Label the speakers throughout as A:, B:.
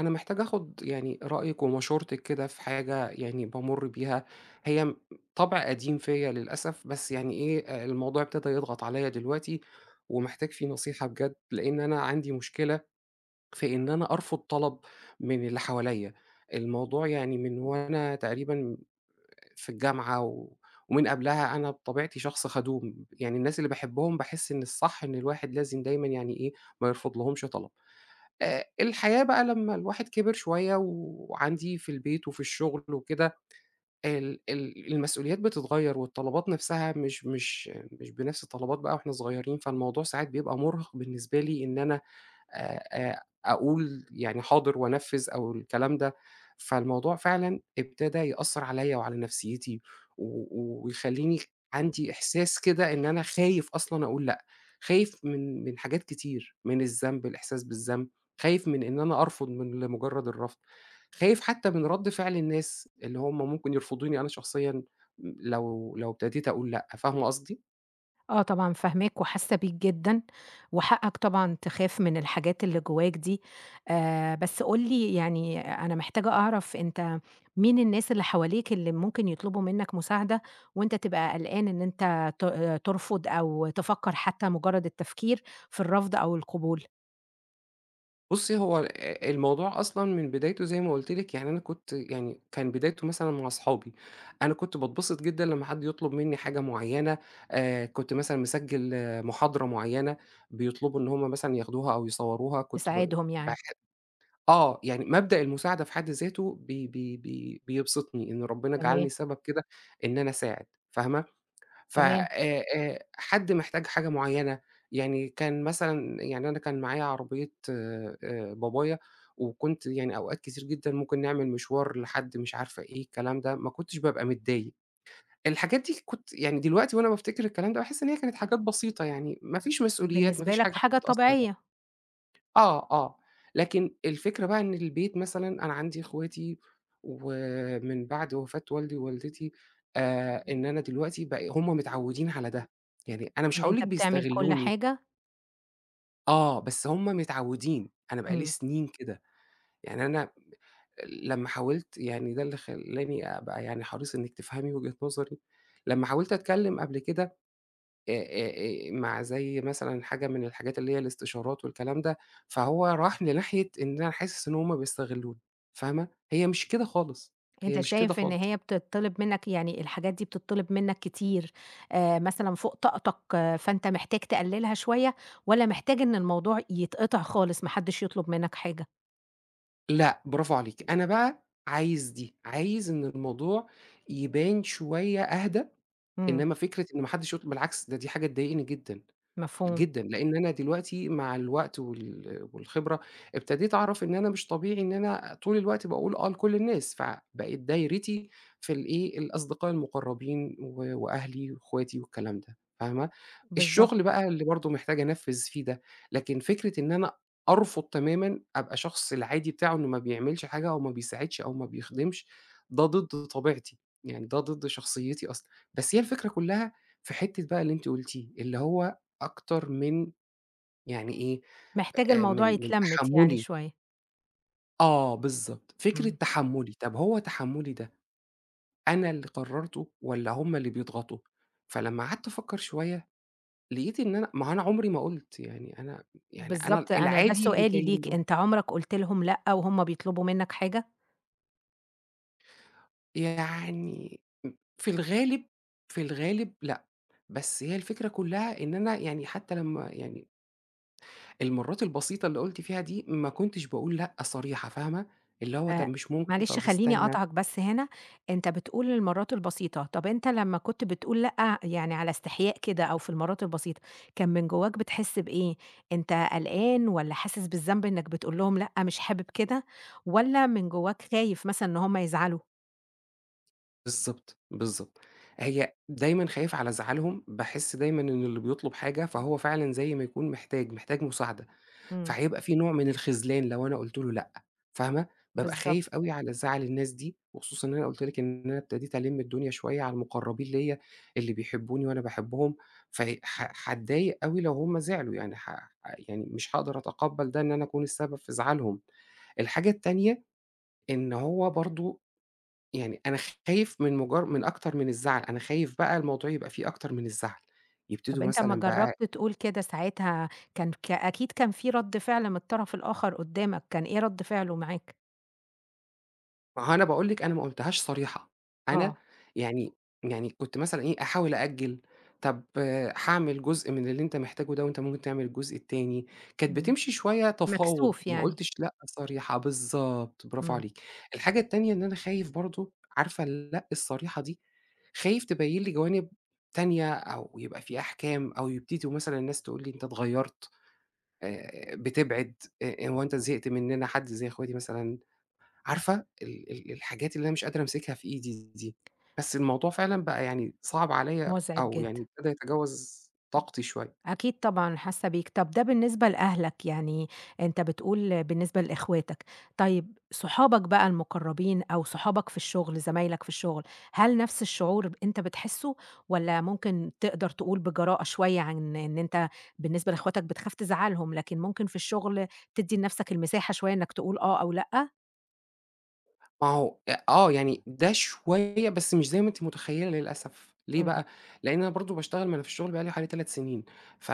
A: أنا محتاج آخُد يعني رأيِك ومشورتِك كده في حاجة يعني بامُر بيها، هي طَبع قديم فيّا للأسف، بس يعني إيه، الموضوع ابتدى يضغط عليّا دلوقتي ومحتاج فيه نصيحة بجد، لإن أنا عندي مشكلة في إن أنا أرفض طلب من اللي حواليّا. الموضوع يعني من وأنا تقريبًا في الجامعة ومن قبلها أنا بطبيعتي شخص خدوم، يعني الناس اللي باحبهم باحس إن الصح إن الواحد لازم دايمًا يعني إيه، ما يرفضلهمش طلب. الحياة بقى لمّا الواحد كِبِر شوية وعندي في البيت وفي الشغل وكده، ال المسؤوليات بتتغيّر والطلبات نَفْسها مش بنَفْس الطلبات بقى وإحنا صغيرين، فالموضوع ساعات بيبقى مُرهِق بالنسبة لي إن أنا أقول يعني حاضر وأنفّذ أو الكلام ده، فالموضوع فعلًا ابتدى يأثّر عليّا وعلى نفسيتي ويخلّيني عندي إحساس كده إن أنا خايف أصلًا أقول لأ، خايف من حاجات كتير، من الذنب، الإحساس بالذنب، خايف من إن أنا أرفض من لمجرّد الرفض، خايف حتى من رَد فعل الناس اللي هم ممكن يرفضوني أنا شخصيًا لو ابتديت أقول لأ، فاهمة قصدي؟
B: آه طبعًا فاهماك وحاسة بيك جدًا، وحقك طبعًا تخاف من الحاجات اللي جواك دي. بس قُل لي، يعني أنا محتاجة أعرف أنت مين الناس اللي حواليك اللي ممكن يطلبوا منك مساعدة، وأنت تبقى قلقان إن أنت ت آه، ترفض أو تفكر، حتى مجرد التفكير في الرفض أو القبول.
A: بُصّي، هو الموضوع أصلًا من بدايته زي ما قُلت لِك، يعني أنا كنت يعني كان بدايته مثلًا مع أصحابي، أنا كنت باتبسط جدًا لمّا حد يطلب منّي حاجة معيّنة، كنت مثلًا مسجّل آه، محاضرة معيّنة، بيطلبوا إن هم مثلًا ياخدوها أو يصوّروها، كنت ب
B: تساعدهم
A: باح
B: يعني.
A: آه، يعني مبدأ المساعدة في حد ذاته بي بي بي بيبسطني، إن ربنا جعلني
B: تمام.
A: سبب كده إن أنا أساعد، فاهمة؟ ف
B: تمام.
A: حد محتاج حاجة معيّنة، يعني كان مثلًا يعني أنا كان معايا عربية بابايا، وكنت يعني أوقات كتير جدًا ممكن نعمل مشوار لحد مش عارفة إيه الكلام ده، ما كنتش بابقى متضايق. الحاجات دي كنت يعني دلوقتي وأنا بافتكر الكلام ده باحس إن هي كانت حاجات بسيطة يعني، ما فيش مسؤوليات، ما
B: بالنسبة
A: فيش
B: لك
A: حاجة
B: حاجة
A: هتتأثّر.
B: طبيعية
A: آه، آه، لكن الفكرة بقى إن البيت مثلًا أنا عندي إخواتي، ومن بعد وفاة والدي ووالدتي إن أنا دلوقتي هُم متعودين على ده، يعني أنا مش
B: إن
A: هاقول لِك
B: أنت بتعمل كل
A: بيستغلوني،
B: حاجة.
A: آه، بس هُم متعودين، أنا بقى لي
B: إمم.
A: سنين كده، يعني أنا لمّا حاولت يعني ده اللي خلّاني أبقى يعني حريص إنِك تفهمي وجهة نظري، لمّا حاولت أتكلم قبل كده مع زي مثلًا حاجة من الحاجات اللي هي الاستشارات والكلام ده، فهو راح لناحية إن أنا حاسس إن هُم بيستغلوني، فاهمة؟ هي مش كده خالص، هي
B: أنت
A: مش كده
B: شايف إن
A: خالص.
B: هي بتطلب منك، يعني الحاجات دي بتطلب منك كتير، مثلًا فوق طاقتك، آه، فأنت محتاج تقللها شوية، والّا محتاج إن الموضوع يتقطع خالص ما حدش يطلب منك حاجة؟
A: لأ، برافو عليكِ. أنا بقى عايز دي، عايز إن الموضوع يبان شوية أهدى،
B: إمم.
A: إنما فكرة إن ما حدش بالعكس ده دي حاجة تضايقني جدًا.
B: مفهوم.
A: جدًا، لإن أنا دلوقتي مع الوقت والخبرة ابتديت أعرف إن أنا مش طبيعي إن أنا طول الوقت باقول آه لكل الناس، فبقت دايرتي في الإيه، الأصدقاء المقربين وأهلي وأخواتي والكلام ده، فاهمة؟
B: بالضبط.
A: الشغل بقى اللي برضه محتاج أنفّذ فيه ده، لكن فكرة إن أنا أرفض تمامًا أبقى شخص العادي بتاعه إنه ما بيعملش حاجة أو ما بيساعدش أو ما بيخدمش، ده ضد طبيعتي، يعني ده ضد شخصيتي أصلًا، بس هي الفكرة كلّها في حتّة بقى اللي أنتِ قُلتيه، اللي هو أكتر من يعني إيه،
B: محتاج الموضوع
A: من
B: يتلمت يعني
A: تحمُّلي
B: شوية.
A: آه بالضبط، فكرة
B: إمم.
A: تحمُّلي، طَب هو تحمُّلي ده أنا اللي قرّرته والّا هُم اللي بيضغطوا؟ فلمّا قعدت أفكّر شوية، لقيت إن أنا ما هو أنا عُمري ما قُلت، يعني أنا يعني أنا
B: بالضبط، أنا ده
A: العادي اللي
B: سؤالي
A: باين
B: ليك،
A: له
B: أنت عمرك قُلت لهم لأ وهُم بيطلبوا منك حاجة؟
A: يعني في الغالب، في الغالب لأ، بس هي الفكرة كُلّها إن أنا يعني حتّى لمّا يعني المرّات البسيطة اللي قُلت فيها دي، ما كنتش باقول لأ صريحة فاهمة، اللي هو طَب
B: آآ،
A: مش ممكن،
B: معلش
A: طَب
B: خلّيني
A: استنى.
B: أقاطعك بس هنا. أنت بتقول المرات البسيطة، طَب أنت لمّا كنت بتقول لأ، يعني على استحياء كده أو في المرات البسيطة، كان من جواك بتحس بإيه؟ أنت قلقان والّا حاسس بالذنب إنك بتقول لهم لأ، مش حابب كده، والّا من جواك خايف مثلًا إن هم يزعلوا؟
A: بالضبط، بالضبط. هي دايمًا خايف على أزعّلهم، باحس دايمًا إن اللي بيطلب حاجة فهو فعلًا زي ما يكون محتاج، محتاج مساعدة،
B: إمم.
A: فهيبقى في نوع من الخذلان لو أنا قُلت له لأ، فاهمة؟ بابقى
B: بالضبط.
A: خايف أوي على زعل الناس دي، وخصوصًا إن أنا قُلت لِك إن أنا ابتديت ألِم الدنيا شوية على المقرّبين ليّا، اللي بيحبوني وأنا باحبهم، فه ح هاتضايق أوي لو هم زعلوا، يعني ح يعني مش هاقدر أتقبّل ده إن أنا أكون السبب في زعلهم. الحاجة التانية، إن هو برضه يعني أنا خايف من مجر من أكتر من الزعل، أنا خايف بقى الموضوع يبقى فيه أكتر من الزعل،
B: طَب
A: يبتدوا
B: أنت أمّا
A: مثلًا بقى
B: جرّبت تقول كده ساعتها، كان ك أكيد كان في رَد فعل من الطرف الآخر قدّامك، كان إيه رَد فعله معاك؟
A: ما هو أنا باقول لِك أنا ما قُلتهاش صريحة، أنا
B: آه.
A: يعني يعني كنت مثلًا إيه، أحاول أأجّل، طب هاعمل جزء من اللي أنت محتاجه ده وأنت ممكن تعمل الجزء التاني، كانت
B: إمم.
A: بتمشي شوية تفاوض،
B: مكسوف
A: ما
B: يعني.
A: قُلتش لأ صريحة، بالضبط برافو
B: إمم.
A: عليكِ. الحاجة التانية إن أنا خايف برضه، عارفة اللأ الصريحة دي خايف تبيّن لي جوانب تانية أو يبقى في أحكام أو يبتدوا مثلًا الناس تقول لي أنت اتغيّرت، بتبعد، هو أنت زهقت مننا، حد زي أخواتي مثلًا، عارفة ال الحاجات اللي أنا مش قادرة أمسكها في إيدي دي. بس الموضوع فعلًا بقى يعني صعب عليّا
B: مُزعج
A: أو يعني
B: جدًا.
A: ابتدى يتجاوز طاقتي شوية.
B: أكيد طبعًا حاسة بيك. طب ده بالنسبة لأهلك، يعني أنت بتقول بالنسبة لإخواتك، طيب صحابك بقى المقربين أو صحابك في الشغل، زمايلك في الشغل، هل نفس الشعور ب أنت بتحسه والّا ممكن تقدر تقول بجراءة شوية عن إن أنت بالنسبة لإخواتك بتخاف تزعّلهم، لكن ممكن في الشغل تدّي لنفسك المساحة شوية إنك تقول آه أو لأ؟
A: ما هو آه، يعني ده شوية بس مش زي ما أنتِ متخيّلة للأسف. ليه
B: إمم.
A: بقى؟ لإن أنا برضه باشتغل ما أنا في الشغل بقى لي حوالي 3 سنين، ف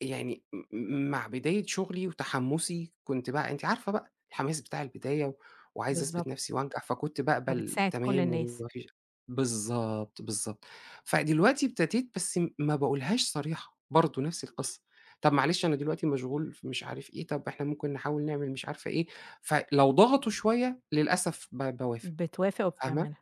A: يعني م مع بداية شغلي وتحمُّسي كنت بقى أنتِ عارفة بقى الحماس بتاع البداية وعايزة أثبت
B: بالضبط،
A: نَفْسي وأنجح، فكنت باقبل
B: فبتساعد كل
A: تمام
B: الناس.
A: وما فيش بالضبط، بالضبط. فدلوقتي ابتديت بس ما باقولهاش صريحة، برضه نَفْس القِصّة. طَب معلش أنا دلوقتي مشغول في مش عارف إيه، طَب إحنا ممكن نحاول نعمل مش عارفة إيه، فلو ضغطوا شوية للأسف باوافق،
B: بتوافق
A: فاهمة؟
B: وبتعملها.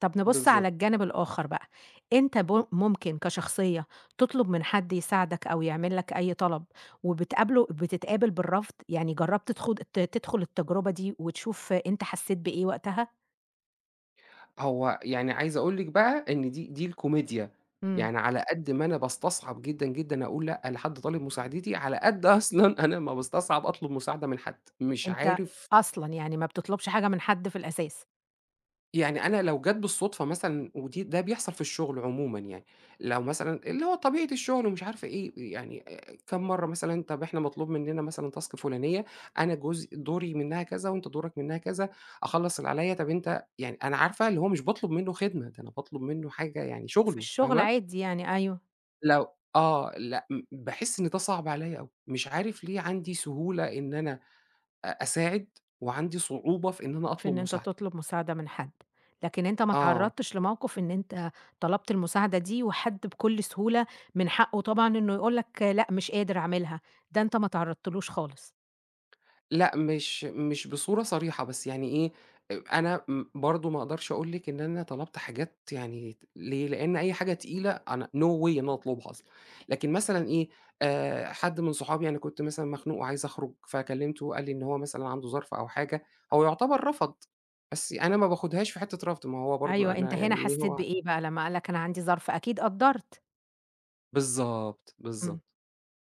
B: طب نبُص على
A: بالضبط.
B: الجانب الآخر بقى. أنت ب ممكن كشخصية تطلب من حد يساعدك أو يعمل لك أي طلب وبتقابله بتتقابل بالرفض؟ يعني جرّبت تخوض تدخل التجربة دي وتشوف أنت حسّيت بإيه وقتها؟
A: هو يعني عايز أقول لِك بقى إن دي الكوميديا،
B: إمم.
A: يعني على قد ما أنا باستصعب جدًا، جدًا أقول لأ لحد طالب مساعدتي، على قد أصلًا أنا ما باستصعب أطلب مساعدة من حد، مش
B: أنت
A: عارف
B: أصلًا يعني ما بتطلبش حاجة من حد في الأساس.
A: يعني أنا لو جات بالصدفة مثلًا ده بيحصل في الشغل عمومًا يعني، لو مثلًا اللي هو طبيعة الشغل ومش عارفة إيه، يعني كام مرّة مثلًا طَب إحنا مطلوب مننا مثلًا task فلانية، أنا جزء دوري منها كذا وأنت دورك منها كذا، أخلّص اللي عليّا طَب أنت يعني أنا عارفة اللي هو مش باطلب منّه خدمة، ده أنا باطلب منّه حاجة يعني
B: في
A: شغله،
B: الشغل
A: فاهمة؟
B: عادي يعني، أيوه.
A: لو آه، لأ باحس إن ده صعب عليّا أوي، مش عارف ليه عندي سهولة إن أنا أساعد وعندي صعوبة في إن أنا
B: في
A: أطلب
B: إن أنت
A: مساعدة.
B: تطلب مساعدة من حد، لكن أنت ما
A: آه.
B: اتعرّضتش لموقف إن أنت طلبت المساعدة دي، وحد بكل سهولة من حقّه طبعًا إنه يقول لك لأ مش قادر أعملها، ده أنت ما اتعرّضتلوش خالص.
A: لأ، مش بصورة صريحة، بس يعني إيه، أنا برضه ما أقدرش أقول لِك إن أنا طلبت حاجات يعني ليه، لإن أي حاجة تقيلة أنا no way إن أنا أطلبها أصلًا، لكن مثلًا إيه، حد من صحابي أنا كنت مثلًا مخنوق وعايز أخرج، فكلمته قال لي إن هو مثلًا عنده ظرف أو حاجة، هو يعتبر رفض، بس أنا ما باخدهاش في حتّة رفض، ما هو برضه
B: أيوه، أنت
A: أنا يعني
B: هنا
A: إيه،
B: حسّيت
A: هو
B: بإيه بقى لمّا قال لك أنا عندي ظرف؟ أكيد قدّرت.
A: بالضبط،
B: إمم.
A: بالضبط،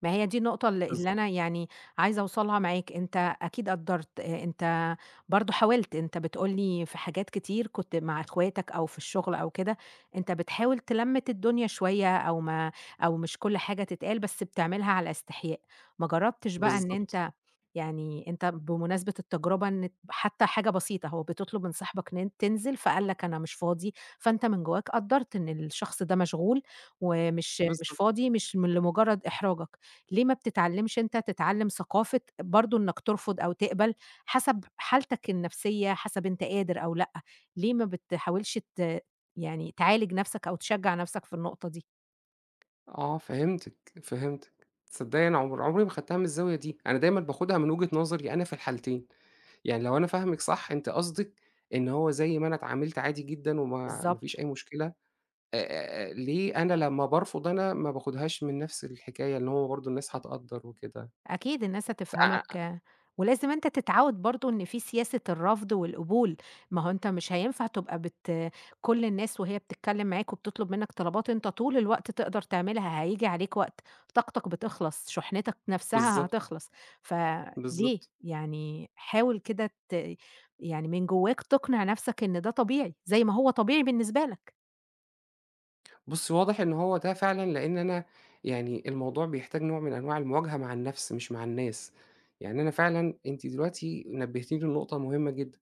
B: ما هي دي النقطة اللي
A: بالضبط،
B: أنا يعني عايزة أوصلها معاك. أنت أكيد قدّرت، أنت برضه حاولت. أنت بتقول لي في حاجات كتير كنت مع إخواتك أو في الشغل أو كده، أنت بتحاول تلمِّت الدنيا شوية أو ما أو مش كل حاجة تتقال، بس بتعملها على استحياء، ما جرّبتش بقى إن
A: بالضبط،
B: أنت يعني. أنت بمناسبة التجربة، إن حتى حاجة بسيطة، هو بتطلب من صاحبك إن تنزل فقال لك أنا مش فاضي، فأنت من جواك قدّرت إن الشخص ده مشغول ومش مش
A: بالضبط.
B: فاضي، مش من لمجرد إحراجك. ليه ما بتتعلمش، أنت تتعلم ثقافة برضه إنك ترفض أو تقبل حسب حالتك النفسية، حسب أنت قادر أو لأ؟ ليه ما بتحاولش يعني تعالج نفسك أو تشجع نفسك في النقطة دي؟
A: آه فهمتِك، فهمتِك. تصدّقي أنا عمري ما خدتها من الزاوية دي، أنا دايمًا باخدها من وجهة نظري أنا في الحالتين، يعني لو أنا فاهمِك صح أنتِ قصدِك إن هو زي ما أنا اتعاملت عادي جدًا وما ما فيش
B: بالضبط.
A: أي مشكلة، ليه أنا لمّا بارفض أنا ما باخدهاش من نفس الحكاية اللي هو برضه الناس هتقدّر وكده،
B: أكيد الناس
A: س أ
B: هتفهمك،
A: أ
B: آه. ولازم أنت تتعوّد برضه إن في سياسة الرفض والقبول. ما هو أنت مش هينفع تبقى كل الناس وهي بتتكلم معاك وبتطلب منك طلبات أنت طول الوقت تقدر تعملها، هييجي عليك وقت طاقتك بتخلص، شحنتك نفسها
A: بالضبط،
B: هتخلص. فليه؟
A: بالضبط.
B: يعني حاول كده يعني من جواك تقنع نفسك إن ده طبيعي، زي ما هو طبيعي بالنسبة لك.
A: بُصّي واضح إن هو ده فعلًا لإن أنا يعني الموضوع بيحتاج نوع من أنواع المواجهة مع النفس مش مع الناس، يعني أنا فعلًا أنتِ دلوقتي نبهتيني لنقطة مهمة جدًا.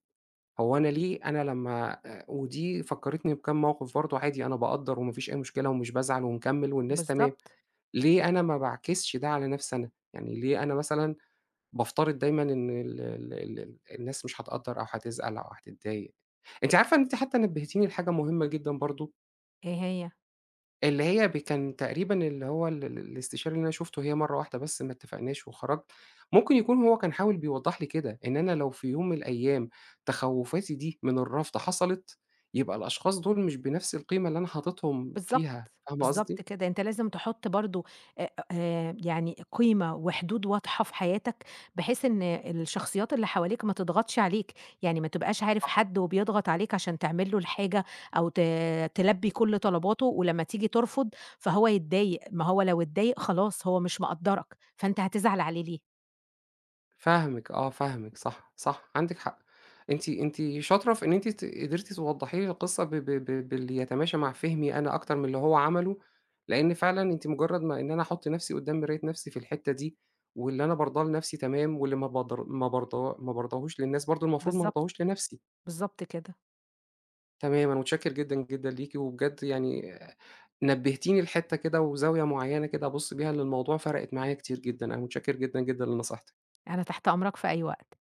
A: هو أنا ليه أنا لمّا ودي فكّرتني بكام موقف برضه عادي أنا باقدّر وما فيش أي مشكلة ومش بازعل ومكمّل والناس تمام،
B: بالضبط.
A: ليه أنا ما باعكسش ده على نَفْسي أنا؟ يعني ليه أنا مثلًا بافترض دايمًا إن ال الناس مش هتقدّر أو هتزعل أو هتتضايق؟ أنتِ عارفة إن أنتِ حتّى نبّهتيني لحاجة مهمة جدًا برضه
B: إيه هي؟
A: اللي هي كان تقريبًا اللي هو ال الاستشاري اللي أنا شُفته هي مرّة واحدة بس ما اتفقناش وخرجت، ممكن يكون هو كان حاول بيوضّح لي كده، إن أنا لو في يوم من الأيام تخوّفاتي دي من الرفض حصلت، يبقى الأشخاص دول مش بنفس القيمة اللي أنا حاططهم
B: بالضبط،
A: فيها، فاهمة
B: بالضبط
A: قصدي؟
B: كده. أنت لازم تحُط برضه أ يعني قيمة وحدود واضحة في حياتك، بحيث إن الشخصيات اللي حواليك ما تضغطش عليك، يعني ما تبقاش عارف
A: صح.
B: حد وبيضغط عليك عشان تعمل له الحاجة أو تلبّي كل طلباته، ولمّا تيجي ترفض فهو يتضايق، ما هو لو اتضايق خلاص هو مش مقدّرك، فأنت هتزعل عليه ليه؟
A: فاهمِك آه، فاهمِك صح، صح، عندِك حق. أنتِ أنتِ شاطرة في إن أنتِ قدرتِ توضّحي لي القصة ب ب ب باللي يتماشى مع فهمي أنا أكتر من اللي هو عمله، لإن فعلًا أنتِ مجرّد ما إن أنا أحُط نَفْسي قدّام مراية نَفْسي في الحتّة دي، واللي أنا بارضاه لنَفْسي تمام، واللي ما بارضاه ما بارضاهوش للناس برضه المفروض ما
B: بالضبط،
A: أرضاهوش لنَفْسي.
B: بالضبط كده.
A: تمام، أنا متشكّر جدًا، جدًا ليكِ، وبجد يعني نبّهتيني لحتّة كده وزاوية معيّنة كده أبُص بيها للموضوع، فرقِت معايا كتير جدًا. أنا متشكّر جدًا، جدًا لنصيحتِك.
B: أنا تحت أمرك في أي وقت.